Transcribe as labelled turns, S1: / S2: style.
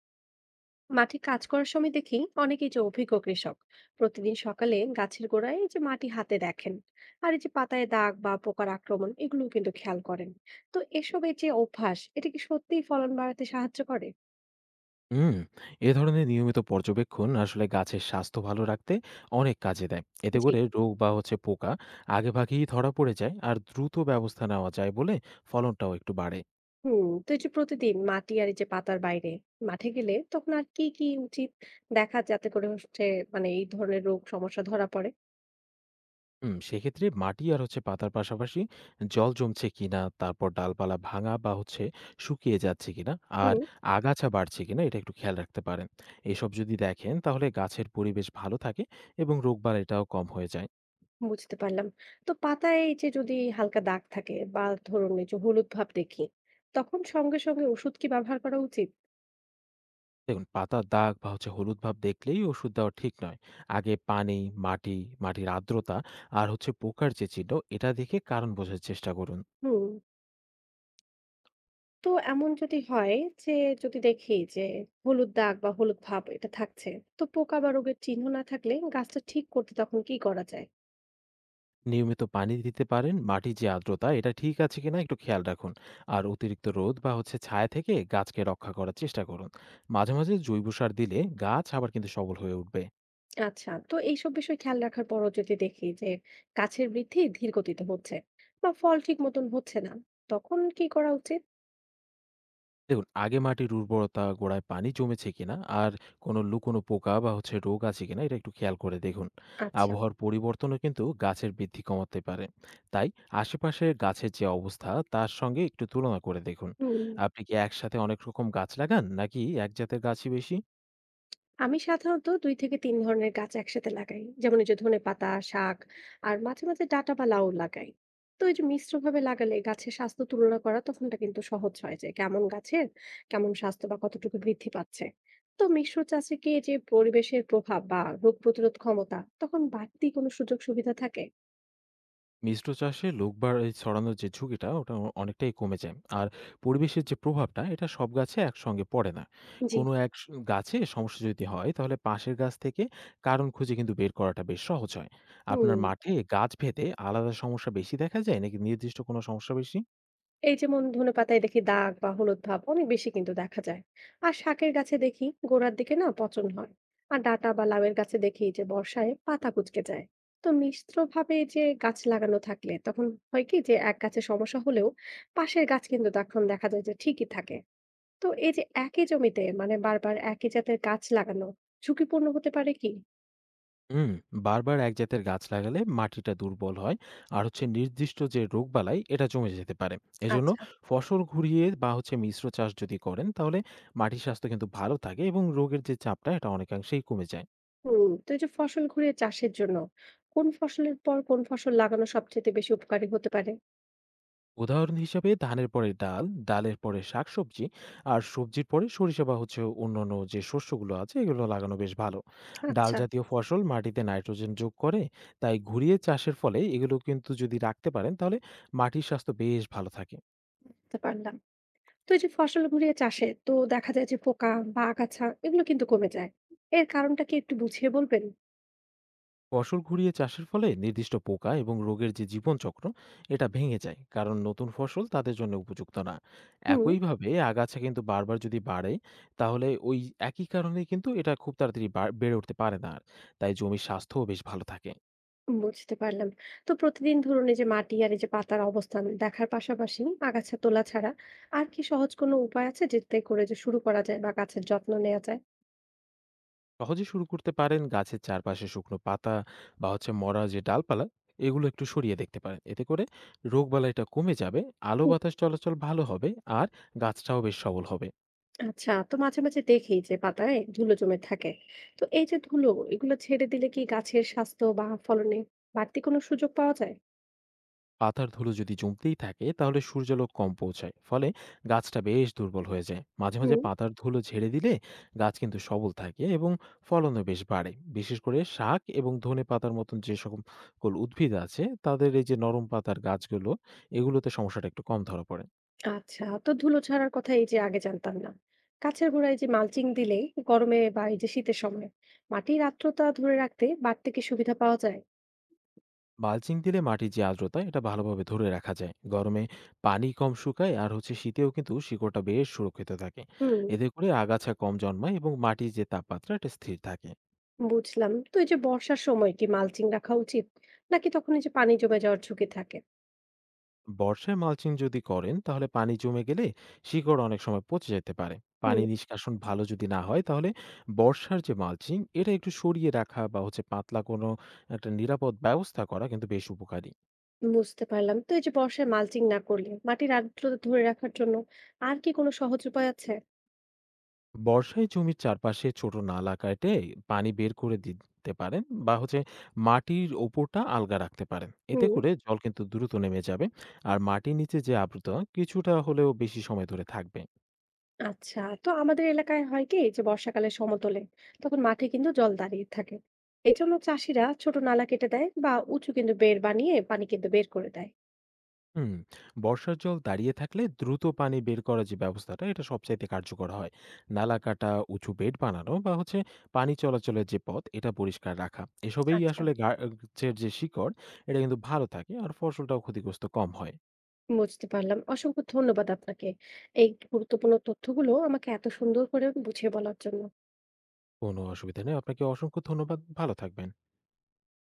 S1: মাঠে কাজ করার সময় দেখি অনেকেই যে অভিজ্ঞ কৃষক প্রতিদিন সকালে গাছের গোড়ায় এই যে মাটি হাতে দেখেন আর এই যে পাতায় দাগ বা পোকার আক্রমণ এগুলো কিন্তু খেয়াল করেন। তো এসবের যে অভ্যাস এটা কি সত্যিই ফলন বাড়াতে সাহায্য করে?
S2: হুম, এ ধরনের নিয়মিত পর্যবেক্ষণ আসলে গাছের স্বাস্থ্য ভালো রাখতে অনেক কাজে দেয়। এতে
S1: জি।
S2: করে রোগ বা পোকা আগেভাগেই ধরা পড়ে যায় আর দ্রুত ব্যবস্থা নেওয়া যায় বলে ফলনটাও একটু বাড়ে।
S1: হুম, তো এই যে প্রতিদিন মাটি আর এই যে পাতার বাইরে মাঠে গেলে তখন আর কি কি উচিত দেখা যাতে করে হচ্ছে মানে এই ধরনের রোগ সমস্যা ধরা পড়ে।
S2: হুম, সেক্ষেত্রে মাটি আর পাতার পাশাপাশি জল জমছে কিনা, তারপর ডালপালা ভাঙা বা শুকিয়ে যাচ্ছে কিনা আর
S1: হুম।
S2: আগাছা বাড়ছে কিনা এটা একটু খেয়াল রাখতে পারেন। এসব যদি দেখেন তাহলে গাছের পরিবেশ ভালো থাকে এবং রোগবালাইটাও কম হয়ে যায়।
S1: বুঝতে পারলাম। তো পাতায় এই যে যদি হালকা দাগ থাকে বা ধরুন এই যে হলুদ ভাব দেখি, তখন সঙ্গে, সঙ্গে ওষুধ কি ব্যবহার করা উচিত?
S2: দেখুন, পাতার দাগ বা হলুদ ভাব দেখলেই ওষুধ দেওয়া ঠিক নয়। আগে পানি, মাটি, মাটির আর্দ্রতা আর পোকার যে চিহ্ন, এটা দেখে কারণ বোঝার চেষ্টা করুন।
S1: হুম। তো এমন যদি হয় যে যদি দেখি যে হলুদ দাগ বা হলুদ ভাব এটা থাকছে, তো পোকা বা রোগের চিহ্ন না থাকলে গাছটা ঠিক করতে তখন কি করা যায়?
S2: নিয়মিত পানি দিতে পারেন, মাটির যে আর্দ্রতা এটা ঠিক আছে কিনা একটু খেয়াল রাখুন। আর অতিরিক্ত রোদ বা ছায়া থেকে গাছকে রক্ষা করার চেষ্টা করুন। মাঝে মাঝে জৈব সার দিলে গাছ আবার কিন্তু সবল হয়ে উঠবে।
S1: আচ্ছা, তো এইসব বিষয় খেয়াল রাখার পরও যদি দেখি যে গাছের বৃদ্ধি ধীর গতিতে হচ্ছে বা ফল ঠিক মতন হচ্ছে না, তখন কি করা উচিত?
S2: দেখুন, আগে মাটির উর্বরতা, গোড়ায় পানি জমেছে কিনা আর কোনো লুকোনো পোকা বা রোগ আছে কিনা এটা একটু খেয়াল করে দেখুন।
S1: আচ্ছা।
S2: আবহাওয়ার পরিবর্তনও কিন্তু গাছের বৃদ্ধি কমাতে পারে। তাই আশেপাশে গাছের যে অবস্থা তার সঙ্গে একটু তুলনা করে দেখুন।
S1: হুম।
S2: আপনি কি একসাথে অনেক রকম গাছ লাগান নাকি এক জাতের গাছই বেশি?
S1: আমি সাধারণত ২ থেকে ৩ ধরনের গাছ একসাথে লাগাই। যেমন এই যে ধনেপাতা, শাক আর মাঝে, মাঝে ডাঁটা বা লাউ লাগাই। তো এই যে মিশ্রভাবে লাগালে গাছের স্বাস্থ্য তুলনা করা তখনটা কিন্তু সহজ হয় যে কেমন গাছের কেমন স্বাস্থ্য বা কতটুকু বৃদ্ধি পাচ্ছে। তো মিশ্র চাষে কি এই যে পরিবেশের প্রভাব বা রোগ প্রতিরোধ ক্ষমতা তখন বাড়তি কোনো সুযোগ সুবিধা থাকে?
S2: মিশ্র চাষে লোকবার এই ছড়ানোর যে ঝুঁকিটা ওটা অনেকটাই কমে যায় আর পরিবেশের যে প্রভাবটা এটা সব গাছে একসঙ্গে পড়ে না।
S1: জি।
S2: কোনো এক গাছে সমস্যা যদি হয় তাহলে পাশের গাছ থেকে কারণ খুঁজে কিন্তু বের করাটা বেশ সহজ হয়। আপনার
S1: হুম।
S2: মাঠে গাছ ভেদে আলাদা সমস্যা বেশি দেখা যায় নাকি নির্দিষ্ট কোনো সমস্যা বেশি?
S1: এই যেমন ধনেপাতায় দেখি দাগ বা হলুদ ভাব অনেক বেশি কিন্তু দেখা যায়, আর শাকের গাছে দেখি গোড়ার দিকে না পচন হয়, আর ডাঁটা বা লাউয়ের গাছে দেখি যে বর্ষায় পাতা কুঁচকে যায়। তো মিশ্রভাবে যে গাছ লাগানো থাকলে তখন হয় কি যে এক গাছে সমস্যা হলেও পাশের গাছ কিন্তু তখন দেখা যায় যে ঠিকই থাকে। তো এই যে একই জমিতে মানে বারবার একই জাতের গাছ লাগানো ঝুঁকিপূর্ণ হতে পারে কি?
S2: হুম, বারবার এক জাতের গাছ লাগালে মাটিটা দুর্বল হয় আর নির্দিষ্ট যে রোগবালাই এটা জমে যেতে পারে। এজন্য
S1: আচ্ছা।
S2: ফসল ঘুরিয়ে বা মিশ্র চাষ যদি করেন তাহলে মাটির স্বাস্থ্য কিন্তু ভালো থাকে এবং রোগের যে চাপটা এটা অনেকাংশেই কমে যায়।
S1: হুম, তো এই যে ফসল ঘুরিয়ে চাষের জন্য কোন ফসলের পর কোন ফসল লাগানো সবচেয়ে বেশি উপকারী হতে পারে?
S2: উদাহরণ হিসেবে ধানের পরে ডাল, ডালের পরে শাকসবজি আর সবজির পরে সরিষা বা অন্যান্য যে শস্যগুলো আছে এগুলো লাগানো বেশ ভালো। ডাল
S1: আচ্ছা।
S2: জাতীয় ফসল মাটিতে নাইট্রোজেন যোগ করে, তাই ঘুরিয়ে চাষের ফলে এগুলো কিন্তু যদি রাখতে পারেন তাহলে মাটির স্বাস্থ্য বেশ ভালো থাকে।
S1: বুঝতে পারলাম। তো এই যে ফসল ঘুরিয়ে চাষে তো দেখা যায় যে পোকা বা আগাছা এগুলো কিন্তু কমে যায়, এর কারণটা কি একটু বুঝিয়ে বলবেন?
S2: ফসল ঘুরিয়ে চাষের ফলে নির্দিষ্ট পোকা এবং রোগের যে জীবনচক্র এটা ভেঙে যায়, কারণ নতুন ফসল তাদের জন্য উপযুক্ত না।
S1: হুম।
S2: একইভাবে আগাছা কিন্তু বারবার যদি বাড়ে তাহলে ওই একই কারণে কিন্তু এটা খুব তাড়াতাড়ি বেড়ে উঠতে পারে না, আর তাই জমির স্বাস্থ্যও বেশ ভালো থাকে।
S1: বুঝতে পারলাম। তো প্রতিদিন ধরুন এই যে মাটি আর এই যে পাতার অবস্থান দেখার পাশাপাশি আগাছা তোলা ছাড়া আর কি সহজ কোনো উপায় আছে যেটাতে করে যে শুরু করা যায় বা গাছের যত্ন নেওয়া যায়?
S2: সহজে শুরু করতে পারেন, গাছের চারপাশে শুকনো পাতা বা মরা যে ডালপালা এগুলো একটু সরিয়ে দেখতে পারেন। এতে করে রোগবালাইটা কমে যাবে, আলো
S1: হুম।
S2: বাতাস চলাচল ভালো হবে আর গাছটাও বেশ সবল হবে।
S1: আচ্ছা, তো মাঝে মাঝে দেখি যে পাতায় ধুলো জমে থাকে। তো এই যে ধুলো এগুলো ছেড়ে দিলে কি গাছের স্বাস্থ্য বা ফলনে বাড়তি কোনো সুযোগ পাওয়া যায়?
S2: পাতার ধুলো যদি জমতেই থাকে তাহলে সূর্যালোক কম পৌঁছায়, ফলে গাছটা বেশ দুর্বল হয়ে যায়। মাঝে মাঝে
S1: হুম।
S2: পাতার ধুলো ঝেড়ে দিলে গাছ কিন্তু সবল থাকে এবং ফলনও বেশ বাড়ে। বিশেষ করে শাক এবং ধনে পাতার মতন যে সকল উদ্ভিদ আছে, তাদের এই যে নরম পাতার গাছগুলো, এগুলোতে সমস্যাটা একটু কম ধরা পড়ে।
S1: আচ্ছা, তো ধুলো ছাড়ার কথা এই যে আগে জানতাম না। গাছের গোড়ায় যে মালচিং দিলে গরমে বা এই যে শীতের সময় মাটির আর্দ্রতা ধরে রাখতে বাড়তি কি সুবিধা পাওয়া যায়?
S2: মালচিং দিলে মাটির যে আর্দ্রতা এটা ভালোভাবে ধরে রাখা যায়, গরমে পানি কম শুকায় আর শীতেও কিন্তু শিকড়টা বেশ সুরক্ষিত থাকে।
S1: হুম।
S2: এতে করে আগাছা কম জন্মায় এবং মাটির যে তাপমাত্রা এটা স্থির থাকে।
S1: বুঝলাম, তো এই যে বর্ষার সময় কি মালচিং রাখা উচিত নাকি তখন এই যে পানি জমে যাওয়ার ঝুঁকি থাকে?
S2: বর্ষায় মালচিং যদি করেন তাহলে পানি জমে গেলে শিকড় অনেক সময় পচে যেতে পারে,
S1: হুম।
S2: পানি নিষ্কাশন ভালো যদি না হয় তাহলে। বর্ষার যে মালচিং এটা একটু সরিয়ে রাখা বা পাতলা কোনো একটা নিরাপদ ব্যবস্থা করা কিন্তু বেশ উপকারী।
S1: বুঝতে পারলাম, তো এই যে বর্ষায় মালচিং না করলে মাটির আর্দ্রতা ধরে রাখার জন্য আর কি কোনো সহজ উপায় আছে?
S2: বর্ষায় জমির চারপাশে ছোট নালা কেটে পানি বের করে দিতে পারেন বা মাটির ওপরটা আলগা রাখতে পারেন। এতে
S1: হুম।
S2: করে জল কিন্তু দ্রুত নেমে যাবে আর মাটির নিচে যে আর্দ্রতা কিছুটা হলেও বেশি সময় ধরে থাকবে।
S1: আচ্ছা, তো আমাদের এলাকায় হয় কি যে বর্ষাকালে সমতলে তখন মাঠে কিন্তু জল দাঁড়িয়ে থাকে। এই জন্য চাষিরা ছোট নালা কেটে দেয় বা উঁচু কিন্তু বেড় বানিয়ে পানি কিন্তু বের করে দেয়।
S2: হুম, বর্ষার জল দাঁড়িয়ে থাকলে দ্রুত পানি বের করার যে ব্যবস্থাটা এটা সবচাইতে কার্যকর হয়। নালা কাটা, উঁচু বেড বানানো বা পানি চলাচলের যে পথ এটা পরিষ্কার রাখা, এসবেই
S1: আচ্ছা।
S2: আসলে গাছের যে শিকড় এটা কিন্তু ভালো থাকে আর ফসলটাও ক্ষতিগ্রস্ত কম হয়।
S1: বুঝতে পারলাম, অসংখ্য ধন্যবাদ আপনাকে এই গুরুত্বপূর্ণ তথ্যগুলো আমাকে এত সুন্দর করে বুঝিয়ে বলার জন্য।
S2: কোনো অসুবিধা নেই, আপনাকে অসংখ্য ধন্যবাদ, ভালো থাকবেন।